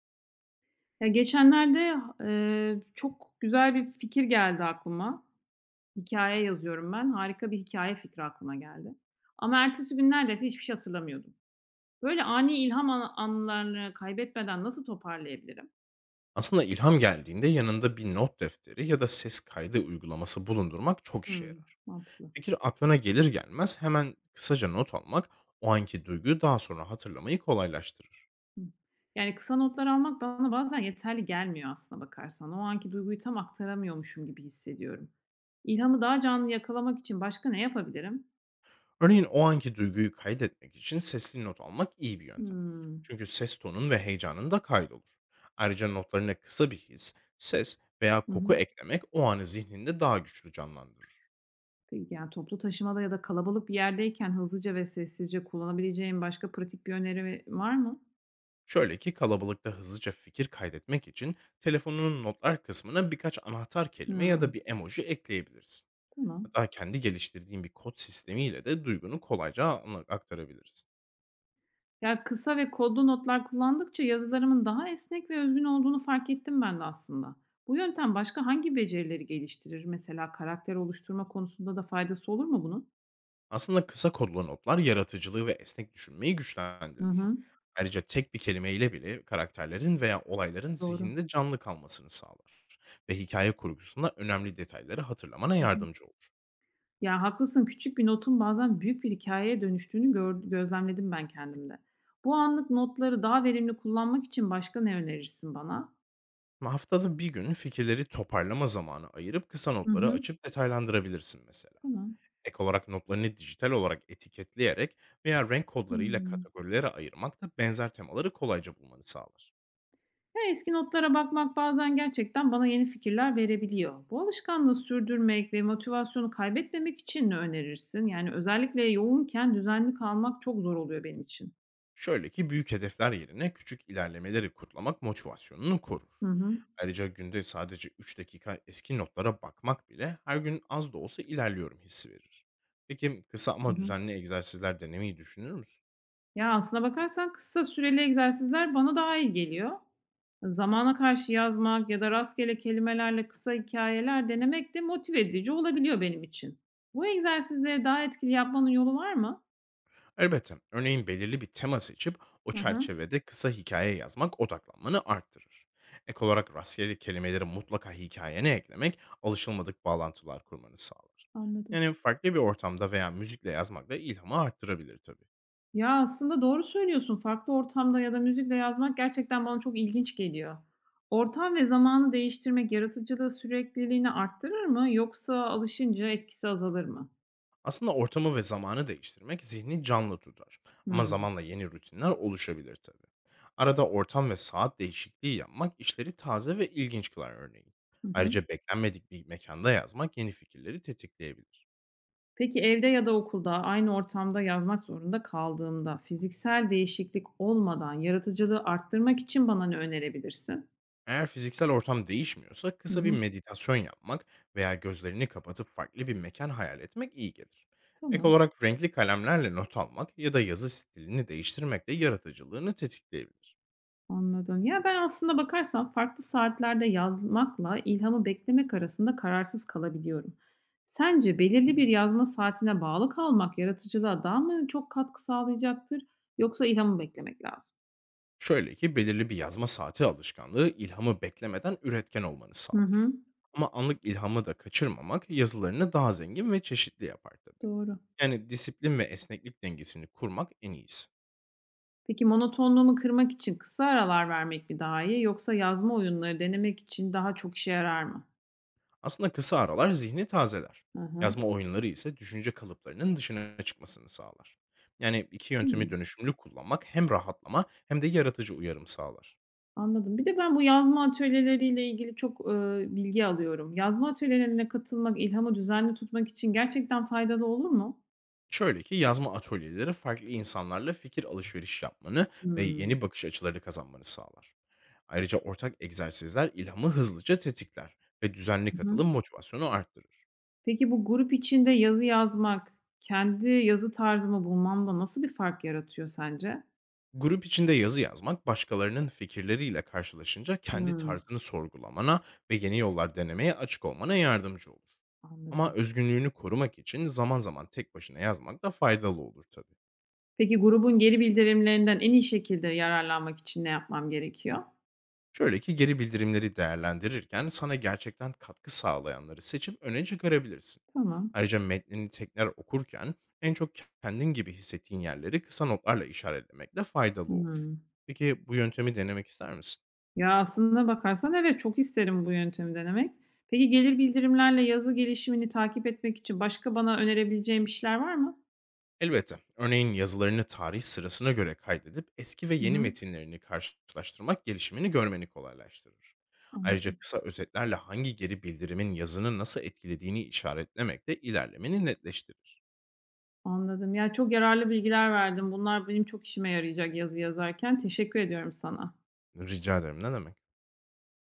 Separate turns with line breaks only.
Ya, geçenlerde, çok güzel bir fikir geldi aklıma. Hikaye yazıyorum ben. Harika bir hikaye fikri aklıma geldi. Ama ertesi gün neredeyse hiçbir şey hatırlamıyordum. Böyle ani ilham anlarını kaybetmeden nasıl toparlayabilirim?
Aslında ilham geldiğinde yanında bir not defteri ya da ses kaydı uygulaması bulundurmak çok işe
Hımm,
yarar.
mantıklı.
Fikir aklına gelir gelmez hemen kısaca not almak o anki duyguyu daha sonra hatırlamayı kolaylaştırır.
Hıh. Yani kısa notlar almak bana bazen yeterli gelmiyor aslına bakarsan. O anki duyguyu tam aktaramıyormuşum gibi hissediyorum. İlhamı daha canlı yakalamak için başka ne yapabilirim?
Örneğin o anki duyguyu kaydetmek için sesli not almak iyi bir yöntem.
Hımm.
Çünkü ses tonun ve heyecanın da kaydolur. Ayrıca notlarına kısa bir his, ses veya
Hı
koku
hı.
eklemek o anı zihninde daha güçlü canlandırır.
Peki, yani, toplu taşımada ya da kalabalık bir yerdeyken hızlıca ve sessizce kullanabileceğin başka pratik bir öneri var mı?
Şöyle ki kalabalıkta hızlıca fikir kaydetmek için telefonunun notlar kısmına birkaç anahtar kelime ya da
Hımm,
bir emoji ekleyebilirsin.
tamam.
Hatta kendi geliştirdiğin bir kod sistemiyle de duygunu kolayca aktarabilirsin.
Ya, kısa ve kodlu notlar kullandıkça yazılarımın daha esnek ve özgün olduğunu fark ettim ben de aslında. Bu yöntem başka hangi becerileri geliştirir? Mesela karakter oluşturma konusunda da faydası olur mu bunun?
Aslında kısa kodlu notlar yaratıcılığı ve esnek düşünmeyi
Hı
güçlendirir.
hı,
Ayrıca tek bir kelimeyle bile karakterlerin veya olayların
doğru.
zihninde canlı kalmasını sağlar ve hikaye kurgusunda önemli detayları hatırlamana
Hı hı.
yardımcı olur.
Ya, haklısın, küçük bir notun bazen büyük bir hikayeye dönüştüğünü gözlemledim ben kendimde. Bu anlık notları daha verimli kullanmak için başka ne önerirsin bana?
Haftada bir gün fikirleri toparlama zamanı ayırıp kısa
Hı
notları
hı.
açıp detaylandırabilirsin mesela.
Tamam.
Ek olarak notlarını dijital olarak etiketleyerek veya renk kodlarıyla
Hımm.
kategorilere ayırmak da benzer temaları kolayca bulmanı sağlar.
Ya, eski notlara bakmak bazen gerçekten bana yeni fikirler verebiliyor. Bu alışkanlığı sürdürmek ve motivasyonu kaybetmemek için ne önerirsin? Yani özellikle yoğunken düzenli kalmak çok zor oluyor benim için.
Şöyle ki büyük hedefler yerine küçük ilerlemeleri kutlamak motivasyonunu korur.
Hı hı.
Ayrıca günde sadece 3 dakika eski notlara bakmak bile her gün az da olsa ilerliyorum hissi verir. Peki kısa
Hı
ama
hı.
düzenli egzersizler denemeyi düşünür müsün?
Ya, aslına bakarsan kısa süreli egzersizler bana daha iyi geliyor. Zamana karşı yazmak ya da rastgele kelimelerle kısa hikayeler denemek de motive edici olabiliyor benim için. Bu egzersizleri daha etkili yapmanın yolu var mı?
Elbette. Örneğin belirli bir tema seçip o
Hı hı.
çerçevede kısa hikaye yazmak odaklanmanı arttırır. Ek olarak rastgele kelimeleri mutlaka hikayene eklemek alışılmadık bağlantılar kurmanı sağlar.
Anladım.
Yani farklı bir ortamda veya müzikle yazmak da ilhamı arttırabilir tabii.
Ya, aslında doğru söylüyorsun. Farklı ortamda ya da müzikle yazmak gerçekten bana çok ilginç geliyor. Ortam ve zamanı değiştirmek yaratıcılığı sürekliliğini arttırır mı yoksa alışınca etkisi azalır mı?
Aslında ortamı ve zamanı değiştirmek zihni canlı tutar. Ama
Hımm.
zamanla yeni rutinler oluşabilir tabii. Arada ortam ve saat değişikliği yapmak işleri taze ve ilginç kılar örneğin.
Hı hı.
Ayrıca beklenmedik bir mekanda yazmak yeni fikirleri tetikleyebilir.
Peki evde ya da okulda aynı ortamda yazmak zorunda kaldığımda fiziksel değişiklik olmadan yaratıcılığı arttırmak için bana ne önerebilirsin?
Eğer fiziksel ortam değişmiyorsa
Hı
kısa bir
hı.
meditasyon yapmak veya gözlerini kapatıp farklı bir mekan hayal etmek iyi gelir. Ek
Tamam.
olarak renkli kalemlerle not almak ya da yazı stilini değiştirmek de yaratıcılığını tetikleyebilir.
Anladım. Ya, ben aslında bakarsam farklı saatlerde yazmakla ilhamı beklemek arasında kararsız kalabiliyorum. Sence belirli bir yazma saatine bağlı kalmak yaratıcılığa daha mı çok katkı sağlayacaktır yoksa ilhamı beklemek lazım?
Şöyle ki belirli bir yazma saati alışkanlığı ilhamı beklemeden üretken olmanı
Hı
sağlar.
hı.
Ama anlık ilhamı da kaçırmamak yazılarını daha zengin ve çeşitli yapar tabii.
Doğru.
Yani disiplin ve esneklik dengesini kurmak en iyisi.
Peki monotonluğumu kırmak için kısa aralar vermek mi daha iyi yoksa yazma oyunları denemek için daha çok işe yarar mı?
Aslında kısa aralar zihni tazeler.
Hı hı.
Yazma oyunları ise düşünce kalıplarının dışına çıkmasını sağlar. Yani iki yöntemi
Hıı.
dönüşümlü kullanmak hem rahatlama hem de yaratıcı uyarım sağlar.
Anladım. Bir de ben bu yazma atölyeleriyle ilgili çok, bilgi alıyorum. Yazma atölyelerine katılmak, ilhamı düzenli tutmak için gerçekten faydalı olur mu?
Şöyle ki yazma atölyeleri farklı insanlarla fikir alışveriş yapmanı ve yeni
Hımm.
bakış açıları kazanmanı sağlar. Ayrıca ortak egzersizler ilhamı hızlıca tetikler ve düzenli
Hı hı.
katılım motivasyonu arttırır.
Peki bu grup içinde yazı yazmak, kendi yazı tarzımı bulmamda nasıl bir fark yaratıyor sence?
Grup içinde yazı yazmak, başkalarının fikirleriyle karşılaşınca kendi
Hımm,
tarzını sorgulamana ve yeni yollar denemeye açık olmana yardımcı olur. Ama
anladım.
özgünlüğünü korumak için zaman zaman tek başına yazmak da faydalı olur tabii.
Peki grubun geri bildirimlerinden en iyi şekilde yararlanmak için ne yapmam gerekiyor?
Şöyle ki geri bildirimleri değerlendirirken sana gerçekten katkı sağlayanları seçip öne çıkarabilirsin.
Tamam.
Ayrıca metnini tekrar okurken en çok kendin gibi hissettiğin yerleri kısa notlarla işaretlemek de faydalı olur.
Hımm.
Peki bu yöntemi denemek ister misin?
Ya, aslında bakarsan evet, çok isterim bu yöntemi denemek. Peki gelir bildirimlerle yazı gelişimini takip etmek için başka bana önerebileceğin bir şeyler var mı?
Elbette. Örneğin yazılarını tarih sırasına göre kaydedip eski ve
Hı
yeni
hı,
metinlerini karşılaştırmak gelişimini görmeni kolaylaştırır. Ayrıca
anladım,
kısa özetlerle hangi geri bildirimin yazını nasıl etkilediğini işaretlemek de ilerlemeni netleştirir.
anladım. Ya, çok yararlı bilgiler verdin. Bunlar benim çok işime yarayacak yazı yazarken. Teşekkür ediyorum sana.
Rica ederim, ne demek.